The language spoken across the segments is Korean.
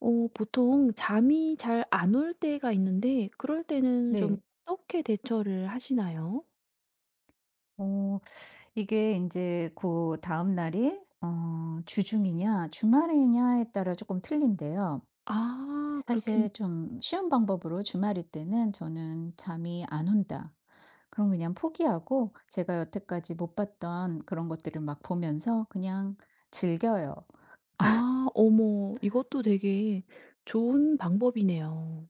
어 보통 잠이 잘 안 올 때가 있는데 그럴 때는 좀 네. 어떻게 대처를 하시나요? 어 이게 이제 그 다날이 주중이냐 주말이냐에 따라 조금 틀린데요. 아 그렇겠. 사실 좀 쉬운 방법으로 주말일 때는 저는 '잠이 안 온다.' 그럼 그냥 포기하고 제가 여태까지 못 봤던 그런 것들을 막 보면서 그냥 즐겨요. 아 어머, 이것도 되게 좋은 방법이네요.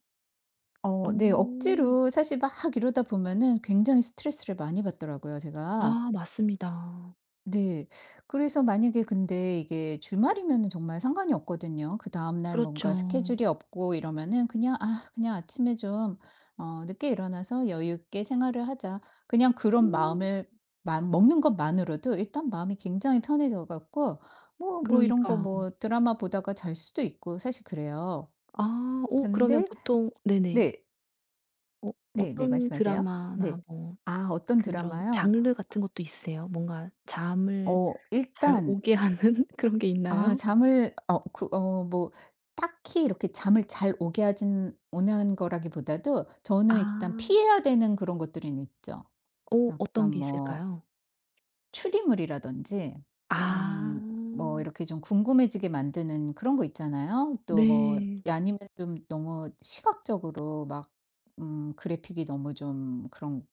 네. 오. 억지로 사실 막 이러다 보면은 굉장히 스트레스를 많이 받더라고요 제가. 아 맞습니다. 네. 그래서 만약에 근데 이게 주말이면은 정말 상관이 없거든요. 그다음 날 뭔가 그렇죠. 스케줄이 없고 이러면은 그냥 '아 그냥 아침에 좀 늦게 일어나서 여유 있게 생활을 하자.' 그냥 그런 음 마음을 마 먹는 것만으로도 일단 마음이 굉장히 편해져 갖고 뭐 이런 거 그러니까요. 뭐 드라마 보다가 잘 수도 있고 사실 그래요. 아 오, 그러면 근데 보통 네네. 네. 어 네네. 어떤 말씀하세요. 드라마나 네. 뭐 아 어떤 그런 드라마요? 장르 같은 것도 있으세요? 뭔가 잠을 잘 일단 오게 하는 그런 게 아 있나요? 잠을 그 뭐 딱히 이렇게 잠을 잘 오게 하진 오는 거라기보다도 아. 저는 일단 피해야 되는 그런 것들은 있죠. 어 약간 어떤 게 뭐 있을까요? 추리물이라든지 아. 음 뭐 이렇게 좀 궁금해지게 만드는 그런 거 있잖아요. 또 뭐 네. 아니면 좀 너무 시각적으로 막 그래픽이 너무 좀 그런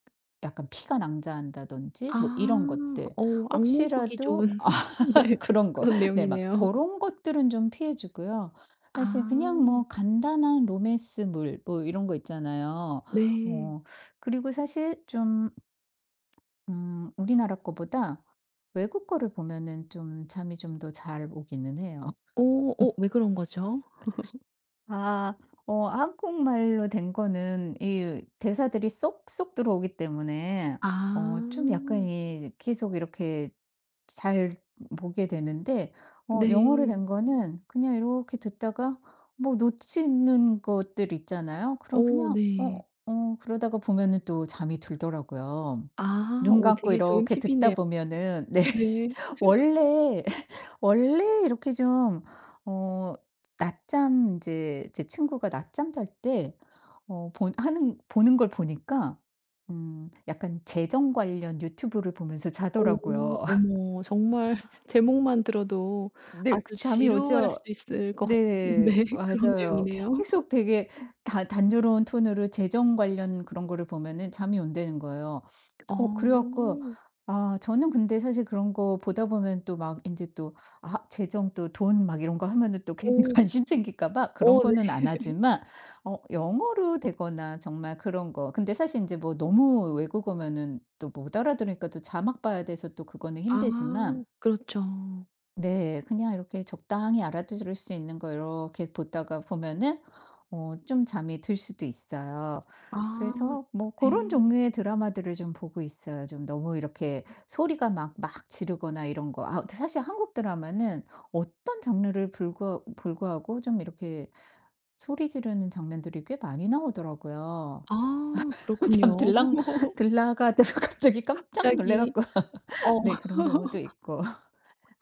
약간 피가 낭자한다든지 뭐 아. 이런 것들. 어 악몽 꾸기 혹시라도 좋은 아, 네. 그런 거. 그런 네 막 그 내용이네요. 런 것들은 좀 피해 주고요. 아. 사실 그냥 뭐 간단한 로맨스물 뭐 이런 거 있잖아요. 네. 어 그리고 사실 좀 우리나라 거보다 외국 거를 보면은 좀 잠이 좀 더 잘 오기는 해요. 어 어 왜 그런 거죠? 아. 한국말로 된 거는 이 대사들이 쏙쏙 들어오기 때문에 아. 좀 약간 이 계속 이렇게 잘 보게 되는데 영어로 네. 된 거는 그냥 이렇게 듣다가 뭐 놓치는 것들 있잖아요. 그럼 어 그냥 네. 그러다가 보면은 또 잠이 들더라고요. 아. 눈 어 감고 되게 좋은 이렇게 듣다 팁이네요. 보면은 네. 네. 원래 원래 이렇게 좀 어 낮잠 이제 제 친구가 낮잠 잘때 어 본 하는 보는 걸 보니까 약간 재정 관련 유튜브를 보면서 어 자더라고요. 어머 정말 제목만 들어도 네. 그 아주 잠이 지루할 오죠? 수 있을 것 같은 네. 네 그런 맞아요. 내용이네요. 계속 되게 다 단조로운 톤으로 재정 관련 그런 거를 보면은 잠이 온다는 거예요. 어. 그래 갖고 아 저는 근데 사실 그런 거 보다 보면 또 막 이제 또 아 재정 또 돈 막 이런 거 하면은 또 괜히 어. 관심 생길까 봐 그런 어 네. 거는 안 하지만 영어로 되거나 정말 그런 거 근데 사실 이제 뭐 너무 외국어면은 또 못 알아들으니까 또 자막 봐야 돼서 또 그거는 아 힘들지만 그렇죠. 네. 그냥 이렇게 적당히 알아들을 수 있는 거 이렇게 보다가 보면은 좀 잠이 들 수도 있어요. 아 그래서 뭐 그런 네. 종류의 드라마들을 좀 보고 있어요. 좀 너무 이렇게 소리가 막 지르거나 이런 거. 아 사실 한국 드라마는 어떤 장르를 불구하고 좀 이렇게 소리 지르는 장면들이 꽤 많이 나오더라고요. 아 참 그렇군요. 들랑 들라가다가 갑자기 깜짝 놀래 갑자기 갖고 어 네 그런 경우도 있고.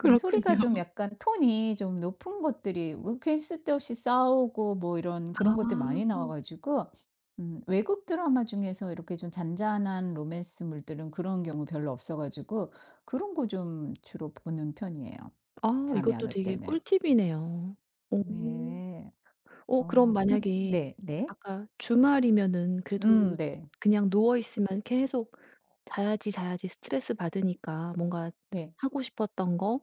네 소리가 좀 약간 톤이 좀 높은 것들이 뭐 괜히 쓸데없이 싸우고 뭐 이런 그런 것들이 많이 아. 나와 가지고 외국 드라마 중에서 이렇게 좀 잔잔한 로맨스물들은 그런 경우 별로 없어 가지고 그런 거 좀 주로 보는 편이에요, 아 잠이 안 이것도 올 되게 때는. 꿀팁이네요. 어. 네. 어 그럼 근데 만약에 네 네. 아까 주말이면은 그래도 네. 그냥 누워 있으면 계속 자야지, 자야지 스트레스 받으니까 뭔가 네. 하고 싶었던 거,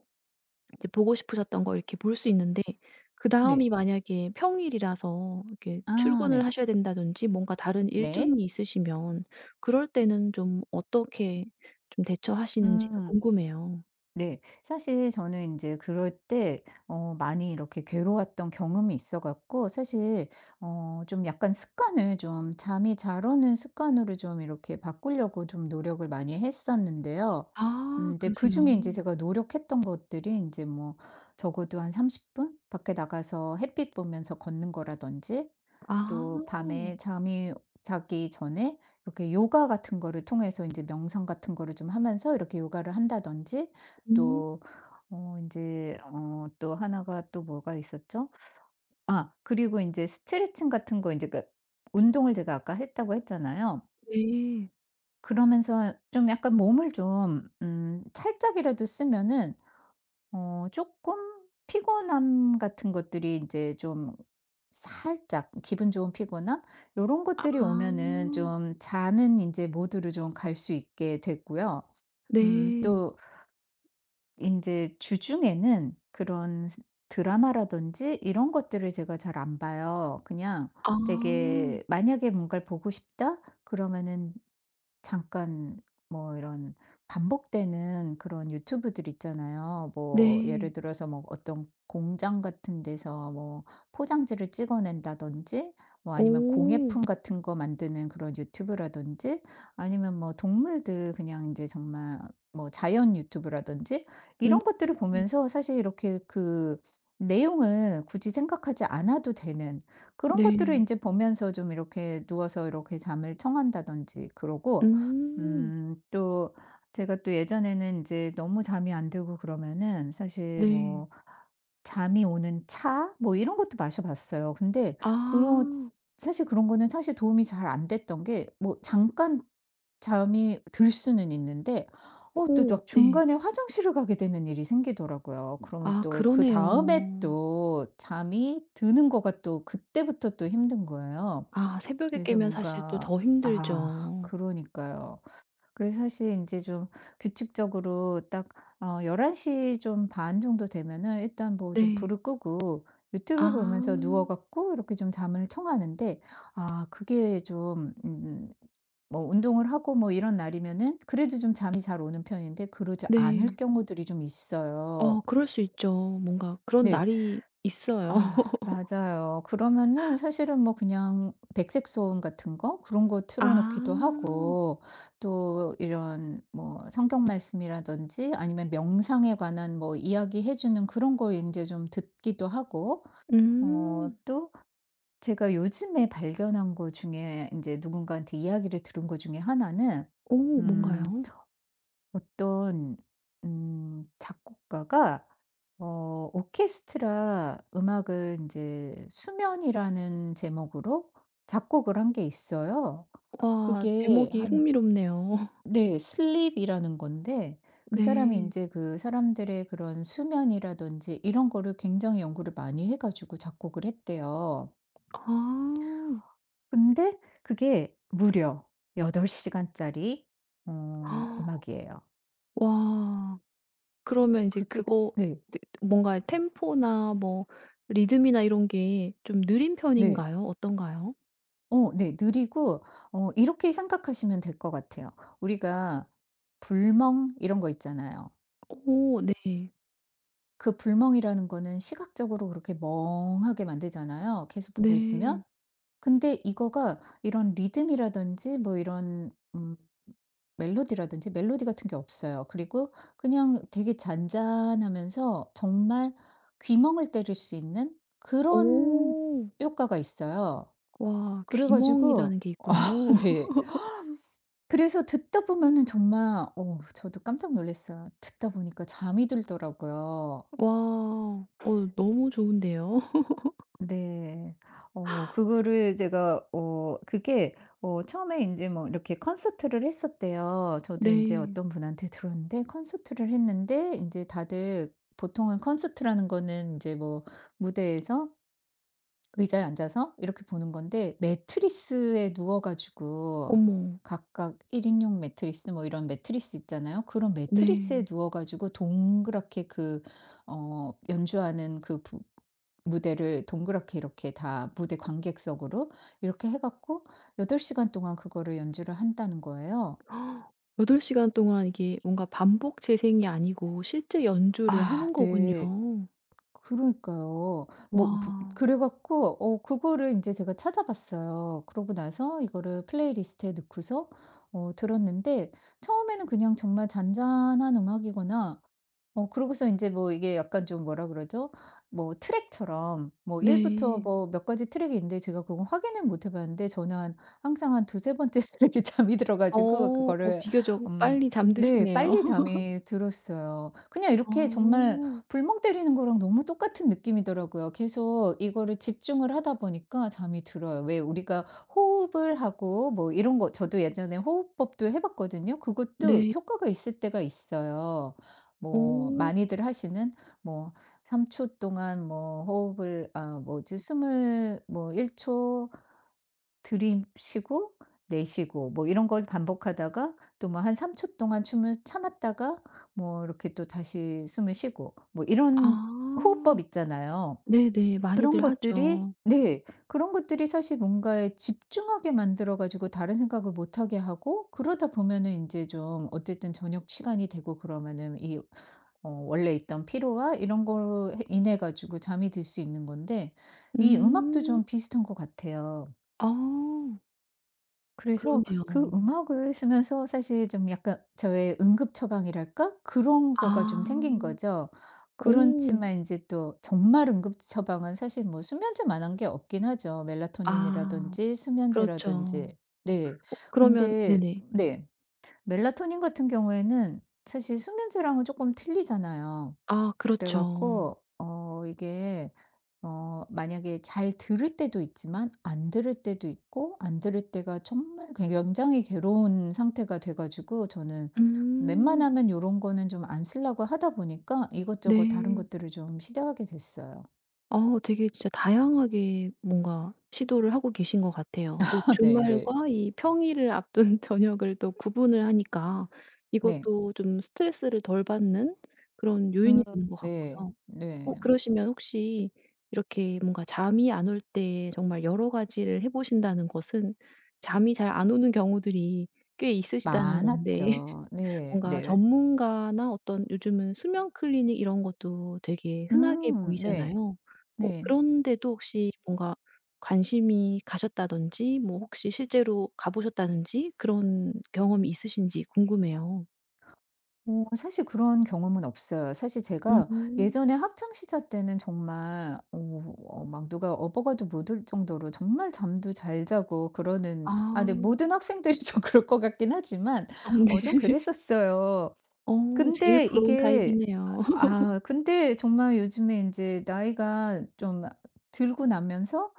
이제 보고 싶으셨던 거 이렇게 볼 수 있는데, 그다음이 네. 만약에 평일이라서 이렇게 아 네. 출근을 하셔야 된다든지 뭔가 다른 네. 일정이 있으시면 그럴 때는 좀 어떻게 좀 대처하시는지도 음. 궁금해요. 네. 사실 저는 이제 그럴 때 많이 이렇게 괴로웠던 경험이 있어 갖고 사실 좀 약간 습관을 좀 잠이 잘 오는 습관으로 좀 이렇게 바꾸려고 좀 노력을 많이 했었는데요. 아 이제 그러세요. 그중에 이제 제가 노력했던 것들이 이제 뭐 적어도 한 30분 밖에 나가서 햇빛 보면서 걷는 거라든지 아. 또 밤에 잠이 자기 전에 이렇게 요가 같은 거를 통해서 인제 명상 같은 거를 좀 하면서 이렇게 요가를 한다든지 음 또 인제 또 하나가 또 뭐가 있었죠? 아 그리고 인제 스트레칭 같은 거 인제 그 운동을 제가 아까 했다고 했잖아요. 네. 그러면서 좀 약간 몸을 좀 살짝이라도 쓰면은 조금 피곤함 같은 것들이 이제 좀 살짝 기분 좋은 피곤함 요런 아. 것들이 오면은 좀 자는 이제 모드로 좀 갈 수 있게 됐고요. 네. 또 이제 주중에는 그런 스 드라마라든지 이런 것들을 제가 잘 안 봐요. 그냥 아. 되게 만약에 뭔가를 보고 싶다? 그러면은 잠깐 뭐 이런 반복되는 그런 유튜브들 있잖아요. 뭐 네. 예를 들어서 뭐 어떤 공장 같은 데서 뭐 포장지를 찍어낸다든지 뭐 아니면 오. 공예품 같은 거 만드는 그런 유튜브라든지 아니면 뭐 동물들 그냥 이제 정말 뭐 자연 유튜브라든지 음. 이런 것들을 보면서 사실 이렇게 그 내용을 굳이 생각하지 않아도 되는 그런 것들을 네. 이제 보면서 좀 이렇게 누워서 이렇게 잠을 청한다든지 그러고 음. 또 제가 또 예전에는 이제 너무 잠이 안 들고 그러면은 사실 네. 뭐 잠이 오는 차 뭐 이런 것도 마셔 봤어요. 근데 그런 아. 사실 그런 거는 사실 도움이 잘 안 됐던 게 뭐 잠깐 잠이 들 수는 있는데 또 오 막 네. 중간에 화장실을 가게 되는 일이 생기더라고요. 그러면 아 또 그다음에 그러네요. 또 잠이 드는 거가 또 그때부터 또 힘든 거예요. 아 새벽에 그래서 깨면 사실 또 뭔가 더 아 힘들죠. 그러니까요. 그래서 사실 이제 좀 규칙적으로 딱 1 1시좀 반 정도 되면은 일단 뭐 좀 네. 불을 끄고 아 유튜브 보면서 누워 갖고 이렇게 좀 잠을 청하는데 아 그게 좀 뭐 운동을 하고 뭐 이런 날이면은 그래도 좀 잠이 잘 오는 편인데 그러지 않을 네. 경우들이 좀 있어요. 어 그럴 수 있죠. 뭔가 그런 네. 날이 있어요. 아 맞아요. 그러면은 사실은 뭐 그냥 백색 소음 같은 거 그런 거 아. 틀어 놓기도 하고 또 이런 뭐 성경 말씀이라든지 아니면 명상에 관한 뭐 이야기해 주는 그런 걸 이제 좀 듣기도 하고 음. 또 제가 요즘에 발견한 거 중에 이제 누군가한테 이야기를 들은 거 중에 하나는 오, 음 뭔가요? 어떤 작곡가가 오케스트라 음악을 이제 수면이라는 제목으로 작곡을 한 게 있어요. 와 그게 제목이 한 흥미롭네요. 네 슬립이라는 건데 그 사람이 이 네. 제 그 사람들의 그런 수면이라든지 이런 거를 굉장히 연구를 많이 해 가지고 작곡을 했대요. 아. 근데 그게 무려 8 시간짜리 음악이에요. 와. 그러면 이제 그게 그거 네. 뭔가 템포나 뭐 리듬이나 이런 게 좀 느린 네. 편인가요? 어떤가요? 네. 느리고 이렇게 생각하시면 될 것 같아요. 우리가 불멍 이런 거 있잖아요. 오 네. 그 불멍이라는 거는 시각적으로 그렇게 멍하게 만들잖아요, 계속 보고 있으면. 네. 근데 이거가 이런 리듬이라든지 뭐 이런 멜로디라든지 멜로디 같은 게 없어요. 그리고 그냥 되게 잔잔하면서 정말 귀멍을 때릴 수 있는 그런 오. 효과가 있어요. 와 그래 가지고 귀멍이라는 게 있군요. 네. 그래서 듣다 보면은 정말 저도 깜짝 놀랐어요. 듣다 보니까 잠이 들더라고요. 와. 어 너무 좋은데요. 네. 그거를 제가 그게 처음에 인제 뭐 이렇게 콘서트를 했었대요. 저도 인제 네. 어떤 분한테 들었는데 콘서트를 했는데 인제 다들 보통은 콘서트라는 거는 인제 뭐 무대에서 의자에 앉아서 이렇게 보는 건데 매트리스에 누워 가지고 어머. 각각 1 인용 매트리스 뭐 이런 매트리스 있잖아요. 그런 매트리스에 네. 누워 가지고 동그랗게 그 연주하는 그 부 무대를 동그랗게 이렇게 다 무대 관객석으로 이렇게 해 갖고 8 시간 동안 그거를 연주를 한다는 거예요. 8 시간 동안 이게 뭔가 반복 재생이 아니고 실제 연주를 아 하는 거군요. 네. 그러니까요. 뭐 부 와. 그래 갖고 그거를 이제 제가 찾아봤어요. 그러고 나서 이거를 플레이리스트에 넣고서 들었는데 처음에는 그냥 정말 잔잔한 음악이거나 그러고서 이제 뭐 이게 약간 좀 뭐라 그러죠? 뭐 트랙처럼 뭐 1 부터 네. 뭐 몇 가지 트랙이 있는데 제가 그건 확인을 못해 봤는데 저는 한 항상 한 두세 번째 트랙에 잠이 들어 어. 가지고 어 그거를 비교적 음 빨리 네 잠드시네요. 빨리 잠이 들었어요. 그냥 이렇게 정말 어. 불멍 때리는 거랑 너무 똑같은 느낌이더라고요. 계속 이거를 집중을 하다 보니까 잠이 들어요. 왜 우리가 호흡을 하고 뭐 이런 거 저도 예전에 호흡법도 해 봤거든요. 그것도 네. 효과가 있을 때가 있어요. 뭐 어. 많이들 하시는 뭐 3초 동안 뭐 호흡을 아 뭐지 숨을 뭐1초 들이쉬고 내쉬고 뭐 이런 걸 반복하다가 또 뭐 한 3초 동안 춤을 참았다가 뭐 이렇게 또 다시 숨을 쉬고 뭐 이런 호흡법 아. 있잖아요. 네네. 그런 많이들 것들이 하죠. 네. 그런 것들이 사실 뭔가에 집중하게 만들어 가지고 다른 생각을 못 하게 하고 그러다 보면은 인제 좀 어쨌든 저녁 시간이 되고 그러면은 이 원래 있던 피로와 이런 걸로 해 인해 가지고 잠이 들 수 있는 건데 이 음악도 음. 좀 비슷한 것 같아요. 아. 그래서 그러네요. 그 음악을 쓰면서 사실 좀 약간 저의 응급 처방이랄까? 그런 거가 좀 아. 생긴 거죠. 오. 그렇지만 이제 또 정말 응급 처방은 사실 뭐 수면제만한 게 없긴 하죠. 아 멜라토닌이라든지 그렇죠. 수면제라든지. 네. 어 그러면 근데 네네. 네. 멜라토닌 같은 경우에는 사실 수면제랑은 조금 틀리잖아요. 아 그래 그렇죠. 갖고 이게 만약에 잘 들을 때도 있지만 안 들을 때도 있고 안 들을 때가 정말 굉장히 괴로운 상태가 돼 가지고 저는 음. 웬만하면 이런 거는 좀 안 쓰려고 하다 보니까 이것저것 다른 네. 것들을 좀 시도하게 됐어요. 어 되게 진짜 다양하게 뭔가 시도를 하고 계신 것 같아요. 또 네네. 네. 주말과 이 평일을 앞둔 저녁을 또 구분을 하니까 네. 이것도 좀 스트레스를 덜 받는 그런 음 요인이 되는 것 네. 같고요. 어 네. 그러시면 혹시 이렇게 뭔가 잠이 안 올 때 정말 여러 가지를 해 보신다는 것은 잠이 잘 안 오는 경우들이 꽤 있으시다는 건데 많았죠. 네. 뭔가 네. 전문가나 어떤 요즘은 수면 클리닉 이런 것도 되게 흔하게 네. 보이잖아요. 어 네. 그런데도 혹시 뭔가 관심이 가셨다든지 뭐 혹시 실제로 가 보셨다든지 그런 경험이 있으신지 궁금해요. 사실 그런 경험은 없어요. 사실 제가 음. 예전에 학창 시절 때는 정말 막 누가 업어가도 못 올 정도로 정말 잠도 잘 자고 그러는 아. 아 근데 모든 학생들이 좀 그럴 것 같긴 하지만 아 좀 네. 그랬었어요. 어 제일 근데 부러운 이게 타입이네요. 아 근데 정말 요즘에 인제 나이가 좀 들고 나면서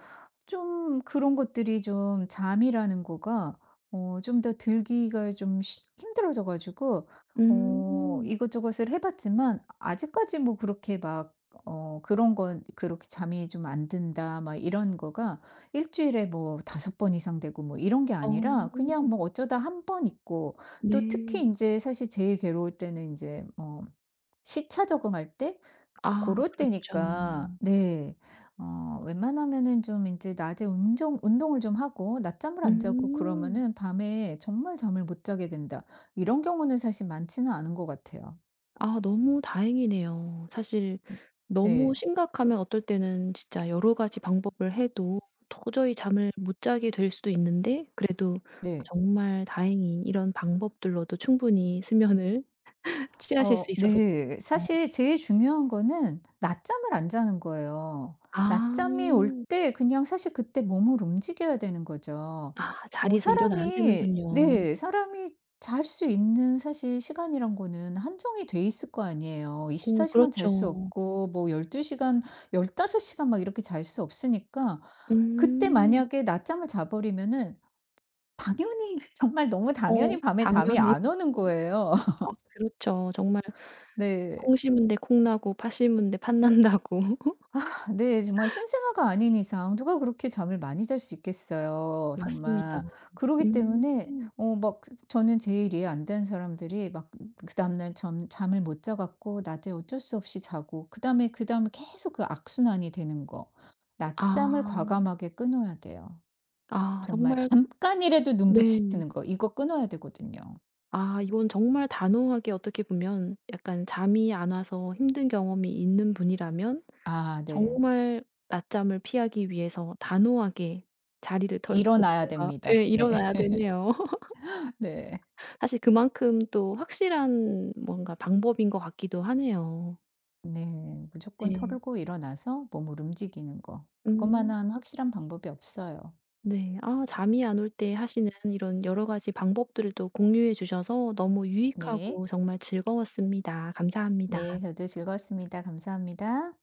좀 그런 것들이 좀 잠이라는 거가 좀 더 들기가 좀 쉬 힘들어져 가지고 음. 이것저것을 해 봤지만 아직까지 뭐 그렇게 막 그런 건 그렇게 '잠이 좀 안 든다.' 막 이런 거가 일 주일에 뭐 5번 이상 되고 뭐 이런 게 아니라 어. 그냥 뭐 어쩌다 한 번 있고 또 특히 네. 인제 사실 제일 괴로울 때는 인제 시차 적응할 때 아 고럴 그렇죠. 때니까 네 웬만하면은 좀 인제 낮에 운정 운동을 좀 하고 낮잠을 안 자고 음. 그러면은 밤에 정말 잠을 못 자게 된다. 이런 경우는 사실 많지는 않은 것 같아요. 아 너무 다행이네요. 사실 음. 너무 네. 심각하면 어떨 때는 진짜 여러 가지 방법을 해도 도저히 잠을 못 자게 될 수도 있는데, 그래도 네. 정말 다행히 이런 방법들로도 충분히 수면을 취하실 수 있어서 네. 좋네요. 사실 제일 중요한 거는 낮잠을 안 자는 거예요. 아. 낮잠이 올 때 그냥 사실 그때 몸을 움직여야 되는 거죠. 아 자리에서 일어나야 사람이 되는군요. 네 사람이 잘 수 있는 사실 시간이란 거는 한정이 돼 있을 거 아니에요. 24 어 시간 잘 수 그렇죠. 없고 뭐 12 시간 15 시간 막 이렇게 잘 수 없으니까 그때 음. 만약에 낮잠을 자 버리면은 당연히 정말 너무 어 당연히 밤에 잠이 당연히. 안 오는 거예요. 아 그렇죠. 정말 네. 콩 심은 데 콩 나고 팥 심은 데 팥 난다고. 네. 정말 신생아가 아닌 이상 누가 그렇게 잠을 많이 잘 수 있겠어요 맞습니다. 정말. 그러기 음. 때문에 막 저는 제일 이해 안 되는 사람들이 막 그다음 날 잠 잠을 못 자 갖고 낮에 어쩔 수 없이 자고 그다음에 계속 그 악순환이 되는 거. 낮잠을 아. 과감하게 끊어야 돼요. 아 정말 정말 잠깐이라도 눈붙 네. 이는 거 이거 끊어야 되거든요. 아 이건 정말 단호하게, 어떻게 보면 약간 잠이 안 와서 힘든 경험이 있는 분이라면 아 네. 정말 낮잠을 피하기 위해서 단호하게 자리를 털고 일어나야 뭔가 됩니다. 예 네. 일어나야 되네요. 네. 사실 그만큼 또 확실한 뭔가 방법인 것 같기도 하네요. 네. 무조건 네. 털고 일어나서 몸을 움직이는 거. 음. 그것만한 확실한 방법이 없어요. 네. 아 잠이 안 올 때 하시는 이런 여러 가지 방법들을 또 공유해 주셔서 너무 네. 유익하고 정말 즐거웠습니다. 감사합니다. 네. 저도 즐거웠습니다. 감사합니다.